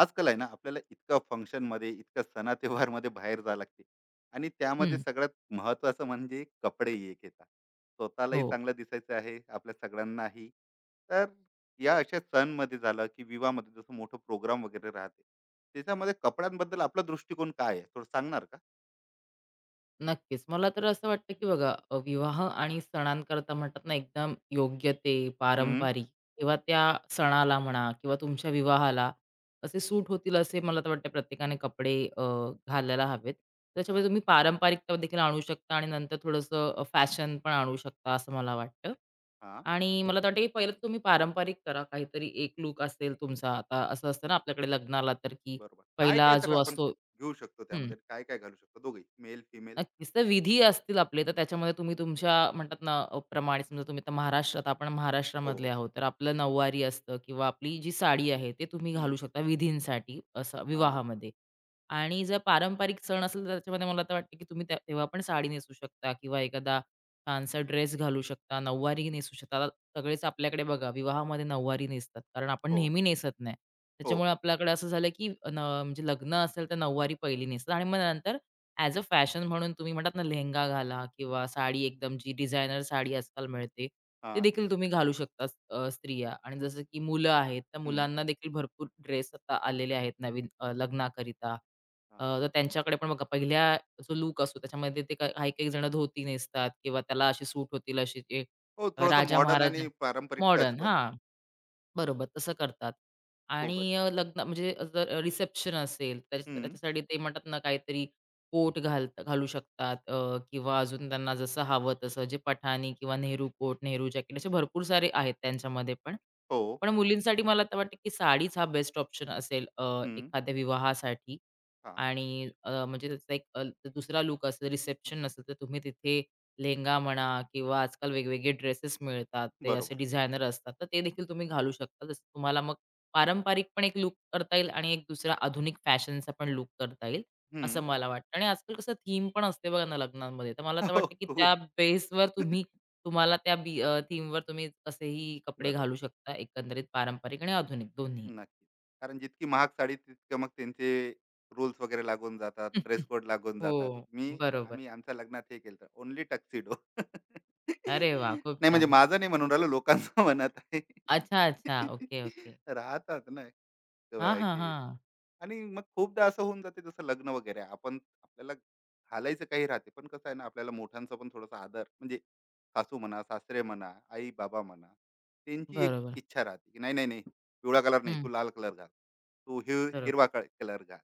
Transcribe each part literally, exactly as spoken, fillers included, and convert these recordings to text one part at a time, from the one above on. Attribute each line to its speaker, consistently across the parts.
Speaker 1: आजकाल आहे ना आपल्याला इतकं फंक्शनमध्ये, इतकं सणा त्योहारमध्ये बाहेर जावं लागते आणि त्यामध्ये
Speaker 2: हं,
Speaker 1: सगळ्यात महत्त्वाचं म्हणजे कपडे एक येतात. स्वतःलाही
Speaker 2: हो,
Speaker 1: चांगलं दिसायचं आहे, आपल्या सगळ्यांनाही. तर या अशा सणमध्ये झालं, की विवाहामध्ये जसं मोठं प्रोग्राम वगैरे राहते, त्याच्यामध्ये कपड्यांबद्दल आपला दृष्टिकोन काय आहे? थोडं सांगणार का?
Speaker 2: नक्कीच. मला तर असं वाटतं, की बघा अ, विवाह आणि सणांकरता म्हणतात ना, एकदम योग्य ते
Speaker 1: हं.
Speaker 2: पारंपरिक किंवा त्या सणाला म्हणा किंवा तुमच्या विवाहाला असे सूट होतील असे मला तर वाटतं प्रत्येकाने कपडे अ, घालायला हवेत. त्याच्यामुळे
Speaker 1: हां,
Speaker 2: तुम्ही पारंपरिकता देखील आणू शकता आणि नंतर थोडंसं फॅशन पण आणू शकता असं मला वाटतं.
Speaker 1: हां,
Speaker 2: आणि मला तर वाटतं, की पहिलं तुम्ही पारंपरिक करा काहीतरी एक लूक असेल तुमचा. आता असं असतं ना आपल्याकडे लग्नाला तर, की
Speaker 1: बरोबर.
Speaker 2: पहिला
Speaker 1: काय-काय तर
Speaker 2: जो
Speaker 1: आपण
Speaker 2: असतो
Speaker 1: घेऊ शकतो त्यामध्ये? काय-काय घालू शकतो दोघेही? Male, female?
Speaker 2: नक्कीच. तर विधी असतील आपले, तर त्याच्यामध्ये तुम्ही तुमच्या म्हणतात ना अ, प्रमाणे समजा तुम्ही आता महाराष्ट्रात आपण
Speaker 1: हो.
Speaker 2: महाराष्ट्रामधले आहोत, तर आपलं नऊवारी असतं किंवा आपली जी साडी आहे, ते तुम्ही
Speaker 1: हं.
Speaker 2: घालू शकता विधींसाठी असं
Speaker 1: हां.
Speaker 2: विवाहामध्ये. आणि जर पारंपरिक सण असेल, तर त्याच्यामध्ये मला तर वाटतं की तुम्ही त्या तेव्हा पण साडी नेसू शकता किंवा एखादा छानसा ड्रेस घालू शकता, नऊवारी नेसू शकता. आता सगळेच आपल्याकडे बघा विवाहामध्ये नऊवारी नेसतात, कारण आपण
Speaker 1: हो.
Speaker 2: नेहमी नेसत नाही.
Speaker 1: हो,
Speaker 2: त्याच्यामुळे
Speaker 1: हो.
Speaker 2: आपल्याकडे असं झालं की न म्हणजे लग्न असेल, तर नऊवारी पहिली नेसतात आणि मग नंतर ॲज अ फॅशन म्हणून तुम्ही म्हणतात ना लेहंगा घाला किंवा साडी एकदम जी डिझायनर साडी आजकाल मिळते, ते
Speaker 1: हां.
Speaker 2: देखील तुम्ही घालू शकता स- अ, स्त्रिया आणि जसं की मुलं आहेत, तर
Speaker 1: हं.
Speaker 2: मुलांना देखील भरपूर ड्रेस आता आलेले आहेत नवीन अ, लग्नाकरिता. अ,
Speaker 1: हां.
Speaker 2: तर त्यांच्याकडे पण बघा पहिल्या जो लूक असतो त्याच्यामध्ये ते का काही-काही जण धोती नेसतात किंवा त्याला अशी सूट होतील अशी ते
Speaker 1: हो,
Speaker 2: अ,
Speaker 1: थोडासा
Speaker 2: राजा
Speaker 1: मॉडर्न
Speaker 2: महाराजा
Speaker 1: आणि पारंपरिक टच
Speaker 2: मॉडर्न
Speaker 1: पण
Speaker 2: हां. बरोबर, तसं करतात.
Speaker 1: खूपच
Speaker 2: आणि अ,
Speaker 1: छान.
Speaker 2: लग्न म्हणजे जर रिसेप्शन असेल, तर
Speaker 1: हं.
Speaker 2: त्याच्यासाठी ते म्हणतात ना काहीतरी कोट घाल घालू शकतात अ, किंवा अजून त्यांना जसं हवं तसं जे पठाणी किंवा नेहरू कोट, नेहरू जॅकेट असे भरपूर सारे आहेत त्यांच्यामध्ये पण.
Speaker 1: हो.
Speaker 2: पण मुलींसाठी मला तर वाटतं की साडीच हा बेस्ट ऑप्शन असेल अ,
Speaker 1: हं.
Speaker 2: एखाद्या विवाहासाठी
Speaker 1: हां,
Speaker 2: आणि अ, म्हणजे त्याचा एक अ, दुसरा लूक असेल, रिसेप्शन असेल, तर तुम्ही तिथे लेहंगा म्हणा किंवा आजकाल वेगवेगळे ड्रेसेस मिळतात. ते असे
Speaker 1: बरोबर.
Speaker 2: डिझायनर असतात. तर ते देखील तुम्ही घालू शकता. जसं तुम्हाला मग पारंपरिक पण एक लूक करता येईल आणि एक दुसरा आधुनिक फॅशनचा पण लूक करता येईल, असं
Speaker 1: हं.
Speaker 2: मला वाटतं. आणि आजकाल कसं थीम पण असते बघा ना लग्नांमध्ये. तर मला तर
Speaker 1: हो,
Speaker 2: वाटतं, की त्या
Speaker 1: खूप.
Speaker 2: बेसवर तुम्ही तुम्हाला त्या बी अ, थीमवर तुम्ही असेही कपडे घालू
Speaker 1: बरोबर.
Speaker 2: शकता एकंदरीत पारंपरिक आणि आधुनिक दोन्ही.
Speaker 1: नक्कीच. कारण जितकी महाग साडी तितकं मग त्यांचे रूल्स वगैरे लागून जातात, ड्रेस कोड लागून जातात.
Speaker 2: हो,
Speaker 1: मी
Speaker 2: बरोबर.
Speaker 1: आम्ही आमच्या लग्नात हे केलं होतं, ओन्ली टक्सिडो.
Speaker 2: अरे वाह! खूप
Speaker 1: नाही म्हणजे
Speaker 2: छान.
Speaker 1: माझं नाही म्हणून राहिलो, लोकांचं म्हणत आहे.
Speaker 2: अच्छा, अच्छा. Okay, okay.
Speaker 1: राहतात ना, अ,
Speaker 2: हां, हां,
Speaker 1: हे.
Speaker 2: हां.
Speaker 1: आणि मग खूपदा असं होऊन जाते जसं लग्न वगैरे आहे. आपण आपल्याला घालायचं काही राहते, पण कसं आहे ना आपल्याला मोठ्यांचा पण थोडासा आदर म्हणजे सासू म्हणा, सासरे म्हणा, आई बाबा म्हणा, त्यांची एक
Speaker 2: बरोबर.
Speaker 1: इच्छा राहते की नाही नाही नाही, पिवळा कलर नाही,
Speaker 2: हं,
Speaker 1: तू लाल कलर घाल, तू हि
Speaker 2: बरोबर.
Speaker 1: हिरवा कलर घाल.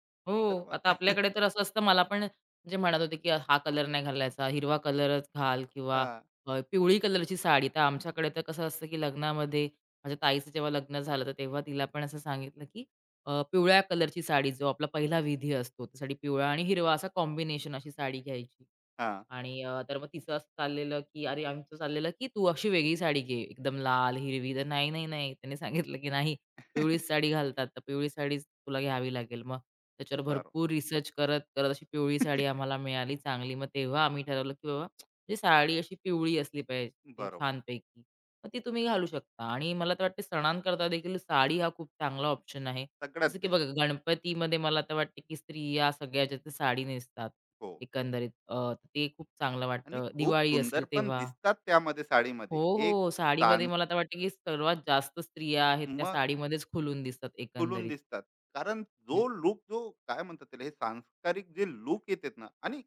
Speaker 1: तर
Speaker 2: हो.
Speaker 1: मग
Speaker 2: आता आपल्याकडे तर असं असतं मला पण म्हणजे म्हणत होते, की हा कलर नाही घालायचा, हिरवा कलरच घाल किंवा
Speaker 1: हा.
Speaker 2: अ, पिवळी कलरची साडी. तर आमच्याकडे तर कसं असतं, की लग्नामध्ये माझ्या ताईचं जेव्हा लग्न झालं, तर तेव्हा तिला पण असं सांगितलं, की अ, पिवळ्या कलरची साडी जो आपला पहिला विधी असतो, त्यासाठी पिवळा आणि हिरवा असा कॉम्बिनेशन अशी साडी घ्यायची.
Speaker 1: हा.
Speaker 2: आणि अ, तर मग तिचं असं चाललेलं, की अरे आमचं चाललेलं, की "तू अशी वेगळी साडी घे, एकदम लाल, हिरवी." तर "नाही, नाही, नाही." त्याने सांगितलं, की "नाही, पिवळीच साडी घालतात, तर पिवळी साडीच तुला घ्यावी लागेल." मग त्याच्यावर
Speaker 1: बरोबर.
Speaker 2: भरपूर रिसर्च करत, करत अशी पिवळी साडी आम्हाला मिळाली चांगली. मग तेव्हा आम्ही ठरवलं, की बाबा म्हणजे साडी अशी पिवळी असली पाहिजे
Speaker 1: बरोबर.
Speaker 2: छानपैकी. मग ती तुम्ही घालू शकता आणि मला तर वाटते सणांकरता देखील साडी हा खूप चांगला ऑप्शन आहे.
Speaker 1: सगळ्यात
Speaker 2: जसं की
Speaker 1: बेस्ट.
Speaker 2: बघा गणपतीमध्ये मला आता वाटतं की स्त्रिया सगळ्याच्या त्या साडी नेसतात
Speaker 1: हो,
Speaker 2: एकंदरीत अ, ते खूप चांगलं
Speaker 1: आणि
Speaker 2: वाटतं.
Speaker 1: खूप
Speaker 2: दिवाळी असेल
Speaker 1: सुंदर पण
Speaker 2: तेव्हा
Speaker 1: दिसतात त्यामध्ये
Speaker 2: हो,
Speaker 1: साडीमध्ये. एक
Speaker 2: हो. साडीमध्ये मला तर वाटतं की सर्वात जास्त स्त्रिया आहेत त्या साडीमध्येच खुलून दिसतात
Speaker 1: खुलून
Speaker 2: एकंदरीत.
Speaker 1: दिसतात. कारण
Speaker 2: हं.
Speaker 1: जो लूक जो काय म्हणतात त्याला हे सांस्कारिक जे लूक येतेत ना, आणि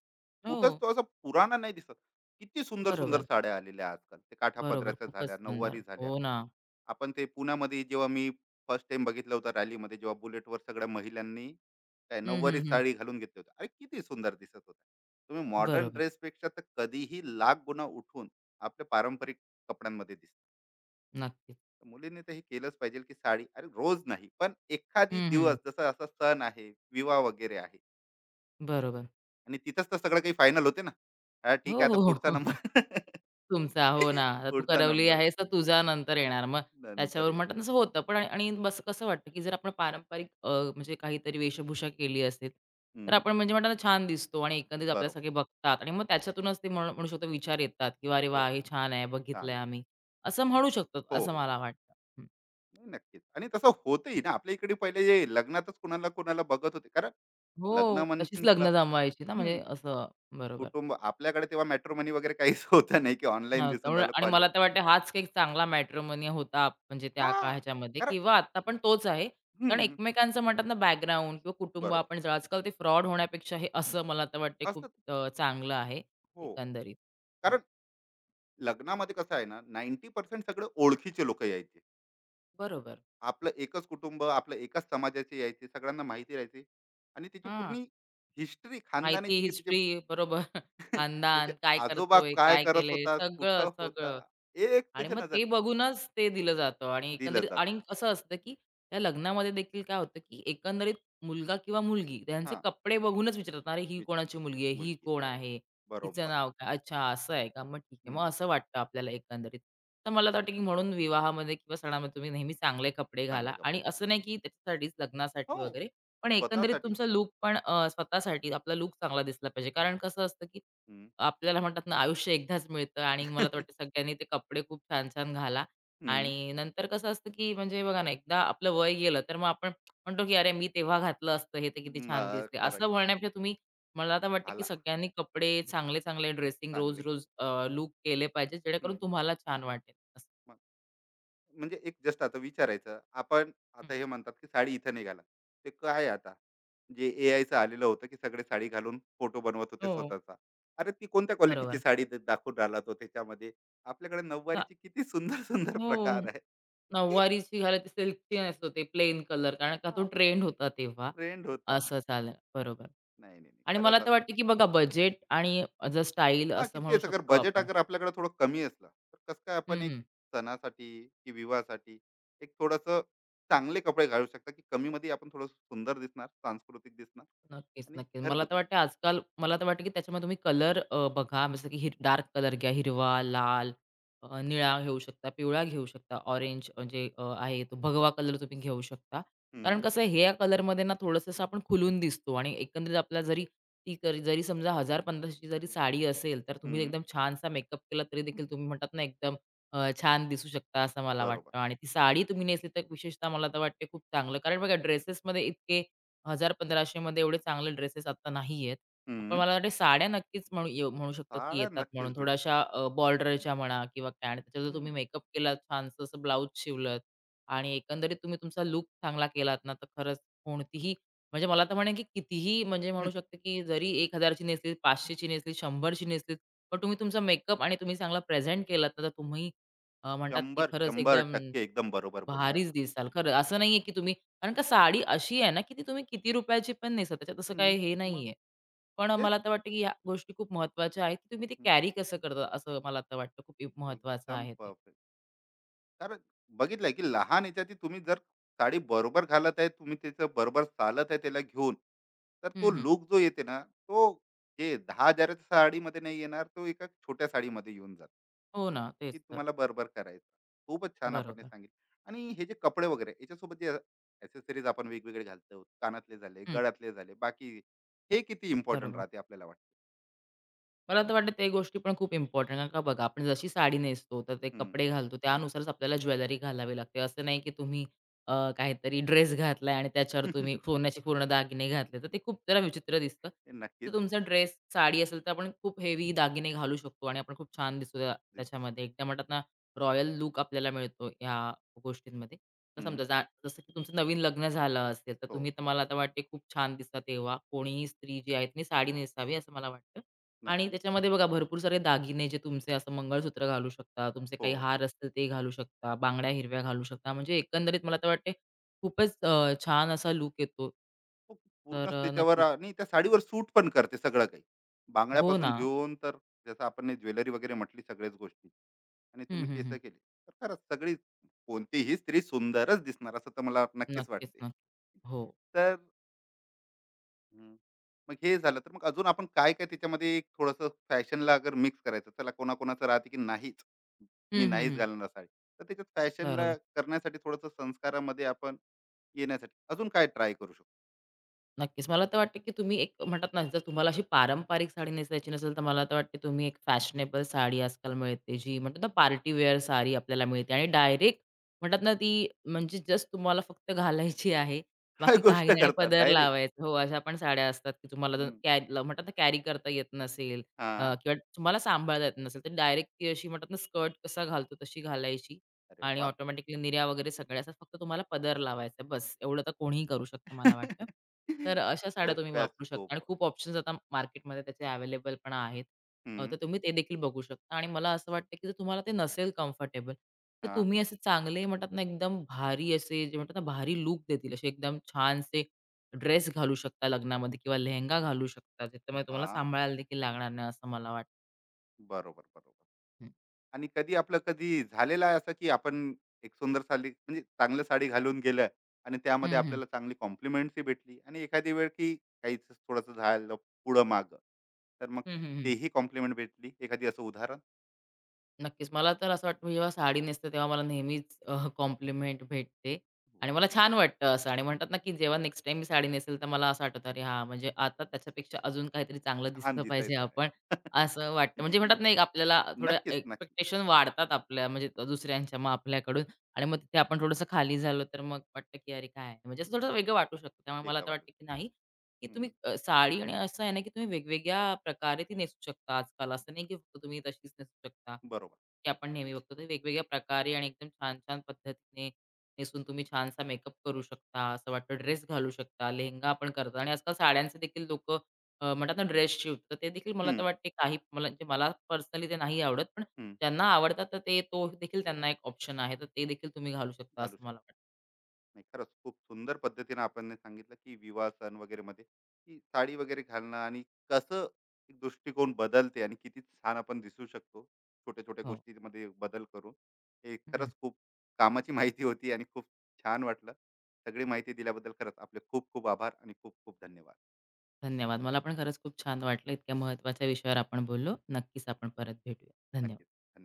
Speaker 2: हो,
Speaker 1: कुठंच तो असा पुराणा नाही दिसत. किती सुंदर, सुंदर
Speaker 2: बरोबर,
Speaker 1: साड्या आलेल्या आजकाल. ते
Speaker 2: बरोबर.
Speaker 1: काठापदराच्या
Speaker 2: खूपच
Speaker 1: झाल्या,
Speaker 2: सुंदर.
Speaker 1: नऊवारी
Speaker 2: हो
Speaker 1: झाल्या.
Speaker 2: ना.
Speaker 1: आपण ते पुण्यामध्ये जेव्हा मी फर्स्ट टाईम बघितलं होतं रॅलीमध्ये, जेव्हा बुलेटवर सगळ्या महिलांनी काय
Speaker 2: हं,
Speaker 1: नऊवारी
Speaker 2: हं, हं.
Speaker 1: साडी घालून घेतली होती. अरे किती सुंदर दिसत होत्या. तुम्ही मॉडर्न
Speaker 2: बरोबर.
Speaker 1: ड्रेसपेक्षा तर कधीही लाख गुणा उठून आपल्या पारंपरिक कपड्यांमध्ये दिसतात.
Speaker 2: नक्कीच.
Speaker 1: तर मुलींनी तर हे केलंच पाहिजे, की साडी अरे रोज नाही, पण एखादी
Speaker 2: हं, हं.
Speaker 1: दिवस जसं असा सण आहे, विवाह वगैरे आहे,
Speaker 2: बरोबर.
Speaker 1: आणि तिथंच तर सगळं काही फायनल होते ना. हा, ठीक
Speaker 2: हो,
Speaker 1: आहे. आता
Speaker 2: हो,
Speaker 1: पुढचा
Speaker 2: हो.
Speaker 1: नंबर.
Speaker 2: तुमचा. हो ना. आता तू
Speaker 1: पुढचा
Speaker 2: करवली
Speaker 1: नंबर
Speaker 2: आहेस, तर तुझा नंतर येणार. मग
Speaker 1: नंतर
Speaker 2: त्याच्यावर
Speaker 1: ये.
Speaker 2: म्हणतात तसं होतं. पण आणि बस कसं वाटतं, की जर आपण पारंपरिक अ, म्हणजे काहीतरी वेशभूषा केली असेल, तर
Speaker 1: हम्म,
Speaker 2: आपण म्हणजे म्हणतात ना छान दिसतो आणि एकंदरीत आपल्याला
Speaker 1: बरोबर.
Speaker 2: सगळे बघतात आणि मग त्याच्यातूनच ते म्हणू म्हणू शकतो विचार येतात, की "अरे
Speaker 1: हो,
Speaker 2: वाह! हे छान आहे,
Speaker 1: छान
Speaker 2: बघितलंय
Speaker 1: आहे.
Speaker 2: आम्ही." असं म्हणू शकतो,
Speaker 1: हो,
Speaker 2: असं
Speaker 1: हो.
Speaker 2: मला वाटतं. हं.
Speaker 1: नाही, नक्कीच, आणि तसं होतही ना आपल्या इकडे पहिले जे लग्नातच कुणाला कुणाला बघत होते कारण
Speaker 2: हो,
Speaker 1: लग्न
Speaker 2: तशीच
Speaker 1: म्हटलं.
Speaker 2: लग्न जमवायची ना म्हणजे
Speaker 1: हम्म,
Speaker 2: असं. बरोबर.
Speaker 1: कुटुंब आपल्याकडे तेव्हा मॅट्रोमनी वगैरे काहीच होतं नाही, की ऑनलाईन
Speaker 2: हां,
Speaker 1: दिसून
Speaker 2: त्यामुळे
Speaker 1: राहिलं
Speaker 2: आणि
Speaker 1: कॉलेज.
Speaker 2: मला तर वाटतं हाच एक चांगला मॅट्रिमोनी होता म्हणजे त्या
Speaker 1: हा.
Speaker 2: का ह्याच्यामध्ये
Speaker 1: कारण
Speaker 2: किंवा आता पण तोच आहे.
Speaker 1: हम्म,
Speaker 2: कारण
Speaker 1: हम्म,
Speaker 2: एकमेकांचं म्हणतात ना बॅकग्राऊंड किंवा कुटुंब
Speaker 1: बरोबर
Speaker 2: आपण जर आजकाल ते फ्रॉड होण्यापेक्षा हे असं मला तर वाटते खूप
Speaker 1: असत.
Speaker 2: अ, चांगलं आहे
Speaker 1: हो.
Speaker 2: एकंदरीत. हं,
Speaker 1: कारण लग्नामध्ये कसं आहे ना, नव्वद टक्के सगळे ओळखीचे लोकं यायचे.
Speaker 2: बरोबर.
Speaker 1: आपलं एकच कुटुंब, आपलं एकाच समाजाचे यायचे, सगळ्यांना माहिती राहायची, आणि त्याची
Speaker 2: हां,
Speaker 1: पूर्ण हिस्ट्री
Speaker 2: माहिती
Speaker 1: खानदानाची, की त्याचे
Speaker 2: हिस्ट्री बरोबर.
Speaker 1: त्याचे
Speaker 2: खानदान, काय
Speaker 1: आजोबा
Speaker 2: करतोय,
Speaker 1: काय
Speaker 2: काय
Speaker 1: करत
Speaker 2: केलंय,
Speaker 1: होता,
Speaker 2: सगळं,
Speaker 1: कुठं होता,
Speaker 2: सगळं.
Speaker 1: एक
Speaker 2: आणि
Speaker 1: त्याच्या
Speaker 2: मग
Speaker 1: नजर
Speaker 2: ते बघूनच ते दिलं जातं आणि
Speaker 1: दिलं
Speaker 2: एकंदरीत
Speaker 1: जातं.
Speaker 2: आणि असं असतं, की त्या लग्नामध्ये देखील काय होतं, की एकंदरीत मुलगा किंवा मुलगी त्यांचे
Speaker 1: हां,
Speaker 2: कपडे बघूनच विचारतात, "अरे, ही
Speaker 1: विचार
Speaker 2: कोणाची मुलगी आहे? ही
Speaker 1: मुलगी आहे.
Speaker 2: कोण आहे? हिचं
Speaker 1: बरोबर.
Speaker 2: नाव काय? अच्छा, असं आहे का? मग ठीक आहे."
Speaker 1: हं,
Speaker 2: मग असं वाटतं आपल्याला एकंदरीत. तर मला तर वाटतं, की म्हणून विवाहामध्ये किंवा सणामध्ये तुम्ही नेहमी चांगले कपडे
Speaker 1: चांगले
Speaker 2: घाला
Speaker 1: कपडे
Speaker 2: आणि
Speaker 1: घाल.
Speaker 2: असं नाही, की त्याच्यासाठीच
Speaker 1: हो,
Speaker 2: लग्नासाठी वगैरे, पण एकंदरीत
Speaker 1: स्वतःसाठी.
Speaker 2: तुमचा लूक पण अ, स्वतःसाठी आपला लूक चांगला दिसला पाहिजे. कारण कसं असतं, की
Speaker 1: हं,
Speaker 2: आपल्याला म्हणतात ना आयुष्य एकदाच मिळतं
Speaker 1: हं.
Speaker 2: आणि मला तर वाटतं सगळ्यांनी ते कपडे खूप छान छान घाला. आणि नंतर कसं असतं, की म्हणजे बघा ना एकदा आपलं वय गेलं, तर मग आपण म्हणतो, की "अरे मी तेव्हा घातलं असतं हे, तर किती छान
Speaker 1: मग
Speaker 2: दिसते."
Speaker 1: करेक्ट.
Speaker 2: असं म्हणण्यापेक्षा तुम्ही मला तर वाटतं, की
Speaker 1: घाला,
Speaker 2: सगळ्यांनी कपडे चांगले-चांगले ड्रेसिंग
Speaker 1: चांगले घाला.
Speaker 2: रोज-रोज अ, केले पाहिजे, जेणेकरून
Speaker 1: हं.
Speaker 2: तुम्हाला छान वाटेल असं.
Speaker 1: म्हणजे एक जस्ट आता विचारायचं आपण,
Speaker 2: हं.
Speaker 1: आता हे म्हणतात की साडी इथं नाही घाला, ते काय आता जे ए आयचं आलेलं होतं की सगळे साडी घालून फोटो बनवत होते
Speaker 2: हो.
Speaker 1: स्वतःचा. अरे ती कोणत्या क्वालिटीची
Speaker 2: बरोबर.
Speaker 1: साडी द- दाखवून राहिला तो त्याच्यामध्ये. आपल्याकडे
Speaker 2: हां.
Speaker 1: नऊवारीचे किती सुंदर सुंदर
Speaker 2: हो.
Speaker 1: प्रकार आहे.
Speaker 2: नऊवारीची घालायची सिल्कची नसतो ते प्लेन कलर कारण का तो
Speaker 1: हा,
Speaker 2: ट्रेंड होता तेव्हा.
Speaker 1: ट्रेंड होता.
Speaker 2: असं झालं. बरोबर.
Speaker 1: नाही नाही नाही,
Speaker 2: आणि मला
Speaker 1: खरंच.
Speaker 2: तर वाटतं, की बघा बजेट आणि द स्टाईल
Speaker 1: हा, की
Speaker 2: असं म्हणू
Speaker 1: तेच अगर
Speaker 2: शकतो
Speaker 1: बजेट
Speaker 2: आपण.
Speaker 1: अगर आपल्याकडे थोडं कमी असलं, तर कसं काय आपण
Speaker 2: हं,
Speaker 1: एक
Speaker 2: हं.
Speaker 1: सणासाठी की विवाहासाठी एक थोडस चांगले कपडे घालू शकता, की कमी मध्ये आपण थोडं सुंदर दिसणार, सांस्कृतिक दिसणार
Speaker 2: नक्कीच,
Speaker 1: आणि
Speaker 2: नक्कीच. मला तर
Speaker 1: घरगुती.
Speaker 2: वाटतं आजकाल मला तर वाटतं, की त्याच्यामध्ये तुम्ही कलर अ, बघा जसं की हिर डार्क कलर घ्या, हिरवा, लाल, अ, निळा घेऊ शकता, पिवळा घेऊ शकता, ऑरेंज म्हणजे अ, आहे तो भगवा कलर तुम्ही घेऊ शकता. कारण
Speaker 1: हम्म.
Speaker 2: कसं आहे ह्या कलरमध्ये ना थोडंसं असं आपण खुलून दिसतो आणि एकंदरीत आपला जरी ती कर जरी समजा एक हजार-1500ची जरी साडी असेल, तर तुम्ही
Speaker 1: हम्म,
Speaker 2: एकदम छानसा मेकअप केला तरी देखील तुम्ही म्हणतात ना एकदम अ, छान दिसू शकता असं मला
Speaker 1: बरोबर.
Speaker 2: वाटतं आणि ती साडी तुम्ही नेसली तर विशेषतः मला तर वाटते खूप चांगलं. कारण बघा ड्रेसेसमध्ये इतके एक हजार-पंधराशे मध्ये एवढे चांगले ड्रेसेस आता नाहीयेत. पण
Speaker 1: हम्म,
Speaker 2: मला वाटते साड्या नक्कीच म्हणू येऊ म्हणू शकतो, की
Speaker 1: साड्या
Speaker 2: येतात म्हणून.
Speaker 1: नक्कीच भेटू शकतात.
Speaker 2: थोड्याशा अ, बॉर्डरच्या म्हणा किंवा काय आणि त्याच्यावर तुम्ही
Speaker 1: हम्म.
Speaker 2: मेकअप केलात, छानसं असं ब्लाउज शिवलत आणि एकंदरीत तुम्ही तुमचा लूक चांगला केलात ना, तर खरंच कोणतीही म्हणजे मला तर म्हणेन, की कितीही म्हणजे म्हणू शकते, की जरी एक हजार ची नेसलीत, पाचशे ची नेसलीत, शंभर पण तुम्ही तुमचा मेकअप आणि तुम्ही चांगला प्रेझेंट केलात ना, तर तुम्ही अ, म्हणतात, की
Speaker 1: शंभर
Speaker 2: खरंच
Speaker 1: शंभर
Speaker 2: एकदम
Speaker 1: टक्के एकदम बरोबर बोलले
Speaker 2: भारीच
Speaker 1: आपण.
Speaker 2: दिसाल. खरं असं नाहीये, की तुम्ही कारण का साडी अशी आहे ना, की ती तुम्ही किती रुपयाची पण नेसा. त्याच्यात असं काही
Speaker 1: हम्म,
Speaker 2: हे
Speaker 1: मग
Speaker 2: नाहीये. पण
Speaker 1: तेच.
Speaker 2: मला तर वाटतं, की ह्या गोष्टी खूप महत्त्वाच्या आहेत, की तुम्ही ते
Speaker 1: हम्म,
Speaker 2: कॅरी कसं करता असं मला तर वाटतं खूप महत्त्वाचं
Speaker 1: एकदम
Speaker 2: आहे ते.
Speaker 1: परफेक्ट. कारण बघितलंय की लहान याच्यात तुम्ही जर साडी बरोबर घालत आहे, तुम्ही त्याचं बरोबर चालत आहे त्याला घेऊन, तर
Speaker 2: हं,
Speaker 1: तो
Speaker 2: हं.
Speaker 1: लुक जो येते ना, तो जे दहा हजाराच्या साडीमध्ये नाही येणार, तो एका छोट्या साडीमध्ये येऊन जातो,
Speaker 2: हो ना,
Speaker 1: की
Speaker 2: तेच तर.
Speaker 1: तुम्हाला बरोबर करायचं. खूपच छान आपण हे
Speaker 2: बरोबर.
Speaker 1: सांगितलं, आणि हे जे कपडे वगैरे याच्यासोबत जे ऍसेसरीज आपण वेगवेगळे घालतो, कानातले झाले,
Speaker 2: हं,
Speaker 1: गळ्यातले झाले, बाकी, हे किती इम्पॉर्टंट
Speaker 2: बरोबर.
Speaker 1: राहते आपल्याला वाटतं.
Speaker 2: मला तर वाटतं ते गोष्टी पण खूप इम्पॉर्टंट कारण का बघा आपण जशी साडी नेसतो तर ते
Speaker 1: हम्म.
Speaker 2: कपडे घालतो त्यानुसारच आपल्याला ज्वेलरी घालावी लागते. असं नाही की तुम्ही अ, काहीतरी ड्रेस घातलाय आणि त्याच्यावर तुम्ही सोन्याचे पूर्ण दागिने घातले तर ते खूप जरा विचित्र दिसतं.
Speaker 1: हे
Speaker 2: तर
Speaker 1: नक्कीच
Speaker 2: तुमचा ड्रेस, साडी असेल तर आपण खूप हेवी दागिने घालू शकतो आणि आपण खूप छान दिसू त्या
Speaker 1: दिसू शकतो.
Speaker 2: त्याच्यामध्ये. एकदा म्हणतात ना रॉयल लूक आपल्याला मिळतो ह्या गोष्टींमध्ये. तर
Speaker 1: हम्म.
Speaker 2: समजा जा जसं की तुमचं नवीन लग्न झालं असेल तर
Speaker 1: हो.
Speaker 2: तुम्ही तर मला आता वाटते खूप छान दिसता तेव्हा. कोणीही स्त्री जी आहे तिने साडी नेसावी असं मला वाटतं. आणि
Speaker 1: नक्की.
Speaker 2: त्याच्यामध्ये बघा भरपूर सारे दागिने जे तुमचे असं मंगळसूत्र घालू शकता, तुमचे
Speaker 1: हो.
Speaker 2: काही हार असतील ते घालू शकता, बांगड्या हिरव्या घालू शकता. म्हणजे एकंदरीत मला तर वाटते खूपच अ, छान असा लूक येतो.
Speaker 1: खूप.
Speaker 2: तर
Speaker 1: पूर्णच
Speaker 2: अ,
Speaker 1: त्याच्यावर
Speaker 2: नक्कीच.
Speaker 1: आणि त्या साडीवर सूट पण करते सगळं काही,
Speaker 2: हो
Speaker 1: बांगड्यापासून
Speaker 2: ना.
Speaker 1: घेऊन, तर जसं आपण ज्वेलरी वगैरे म्हटली सगळ्याच गोष्टी, आणि
Speaker 2: हं,
Speaker 1: तुम्ही
Speaker 2: हं,
Speaker 1: केस
Speaker 2: हं.
Speaker 1: केले तर खरंच सगळी कोणतीही स्त्री सुंदरच दिसणार, असं तर मला नक्कीच
Speaker 2: नक्कीच,
Speaker 1: वाटते.
Speaker 2: नक्कीच. हो.
Speaker 1: तर हम्म, मग हे झालं, तर मग अजून आपण काय काय त्याच्यामध्ये एक थोडस फॅशनला अगर मिक्स करायचं त्याला, कोणाकोणाचं राहते की नाहीच, मी
Speaker 2: हं, हं,
Speaker 1: नाहीच
Speaker 2: हं.
Speaker 1: घालणार साडी, तर त्याच्यात फॅशनला
Speaker 2: बरोबर.
Speaker 1: करण्यासाठी, थोडस संस्कारामध्ये आपण येण्यासाठी अजून काय ट्राय करू शकतो.
Speaker 2: नक्कीच. मला तर वाटतं, की तुम्ही एक म्हणतात ना, जर तुम्हाला अशी पारंपरिक साडी नेसायची नसेल, तर मला तर वाटते तुम्ही एक फॅशनेबल साडी आजकाल मिळते, जी म्हणतात ना, पार्टी वेअर साडी आपल्याला मिळते आणि डायरेक्ट म्हणतात ना, ती म्हणजे जस्ट तुम्हाला फक्त घालायची आहे.
Speaker 1: काय
Speaker 2: बाकी काही
Speaker 1: गोष्ट
Speaker 2: नाही आणि
Speaker 1: करतात
Speaker 2: पदर
Speaker 1: डायरेक्ट.
Speaker 2: लावायचं. हो, अशा पण साड्या असतात, की तुम्हाला जर कॅ ल- म्हणतात ना, कॅरी करता येत नसेल अ,
Speaker 1: हां.
Speaker 2: किंवा तुम्हाला सांभाळता येत नसेल, तर डायरेक्ट ती अशी म्हणतात ना, स्कर्ट कसा घालतो तशी घालायची
Speaker 1: अरे
Speaker 2: आणि
Speaker 1: वा.
Speaker 2: ऑटोमॅटिकली निर्या वगैरे सगळ्या असतात. फक्त तुम्हाला पदर लावायचा आहे बस. एवढं तर कोणीही करू शकतं मला वाटतं. तर अशा साड्या तुम्ही
Speaker 1: सोप्या
Speaker 2: वापरू शकता आणि
Speaker 1: सोपं.
Speaker 2: खूप ऑप्शन्स आता मार्केटमध्ये त्याचे अवेलेबल पण आहेत. अ,
Speaker 1: हं.
Speaker 2: तर तुम्ही ते देखील बघू शकता आणि मला असं वाटतं, की जर तुम्हाला ते नसेल कम्फर्टेबल, तर
Speaker 1: हां,
Speaker 2: तुम्ही असे चांगले म्हणतात ना, एकदम भारी असे जे म्हणतात ना, भारी लूक देतील असे एकदम छानसे ड्रेस घालू शकता लग्नामध्ये किंवा लेहेंगा घालू शकता. त्याच्यामुळे तुम्हाला
Speaker 1: हां.
Speaker 2: सांभाळायला देखील लागणार नाही असं मला वाटतं.
Speaker 1: बरोबर, बरोबर. आणि कधी आपलं कधी झालेलं आहे असं, की आपण एक सुंदर साडी म्हणजे चांगलं साडी घालून गेलं, आणि त्यामध्ये
Speaker 2: हं, हं.
Speaker 1: आपल्याला चांगली कॉम्प्लिमेंट्स ही भेटली, आणि एखादी वेळ की काहीच थोडंसं झालं पुढं-मागं. तर मग
Speaker 2: हं, हं, हं.
Speaker 1: तेही कॉम्प्लिमेंट भेटली. एखादी असं उदाहरण?
Speaker 2: नक्कीच. मला तर असं वाटतं, मी जेव्हा साडी नेसते तेव्हा मला नेहमीच अ, कॉम्प्लिमेंट भेटते आणि
Speaker 1: वाह!
Speaker 2: मला छान वाटतं असं आणि म्हणतात ना, की जेव्हा नेक्स्ट टाईम मी साडी नेसेल, तर मला असं आठवतं, "अरे हां, म्हणजे आता त्याच्यापेक्षा अजून काहीतरी चांगलं
Speaker 1: छान
Speaker 2: दिसलं पाहिजे
Speaker 1: दिसायचं आहे.
Speaker 2: आपण." असं वाटतं. म्हणजे म्हणतात ना, एक आपल्याला थोडं
Speaker 1: नक्कीच, नक्कीच.
Speaker 2: एक्सपेक्टेशन वाढतात आपल्या म्हणजे तो दुसऱ्यांच्या मग आपल्याकडून आणि मग तिथे आपण थोडंसं खाली झालो, तर मग वाटतं, की "अरे काय?" म्हणजे असं थोडं वेगळं वाटू शकतं. त्यामुळे मला
Speaker 1: वेगळं
Speaker 2: तर
Speaker 1: वाटू.
Speaker 2: वाटतं, की नाही, की
Speaker 1: हं.
Speaker 2: तुम्ही अ, साडी आणि असं आहे ना, की तुम्ही वेगवेगळ्या प्रकारे ती नेसू शकता आजकाल. असं नाही, की फक्त तुम्ही तशीच नेसू शकता.
Speaker 1: बरोबर.
Speaker 2: की आपण नेहमी बघतो. तर वेगवेगळ्या प्रकारे आणि एकदम छान-छान पद्धतीने नेसून तुम्ही छानसा मेकअप करू शकता. असं वाटतं ड्रेस घालू शकता, लेहेंगा आपण करता आणि आजकाल साड्यांचे देखील लोक अ, म्हणतात ना ड्रेस शिवत तर ते देखील मला
Speaker 1: हं,
Speaker 2: तर वाटते काही मला म्हणजे मला पर्सनली ते नाही आवडत. पण
Speaker 1: हं.
Speaker 2: ज्यांना आवडतात तर ते तो देखील त्यांना एक ऑप्शन आहे. तर ते देखील तुम्ही घालू शकता
Speaker 1: घालू
Speaker 2: असं मला
Speaker 1: शकतो.
Speaker 2: वाटतं.
Speaker 1: नाही, खरंच खूप सुंदर पद्धतीने आपण सांगितलं की विवाह, सण वगैरे मध्ये की साडी वगैरे घालणं, आणि कसं एक दृष्टिकोन बदलते आणि किती छान आपण दिसू शकतो छोट्या छोट्या
Speaker 2: हो.
Speaker 1: गोष्टीमध्ये बदल करून. हे
Speaker 2: हं.
Speaker 1: खरंच खूप कामाची माहिती होती, आणि खूप छान वाटलं. सगळी माहिती दिल्याबद्दल खरंच आपले खूप खूप आभार, आणि खूप खूप धन्यवाद.
Speaker 2: धन्यवाद. मला पण खरंच खूप छान वाटलं. इतक्या महत्त्वाच्या विषयावर आपण बोललो. नक्कीच आपण परत भेटूया. धन्यवाद.
Speaker 1: नक्कीच. धन्यवाद.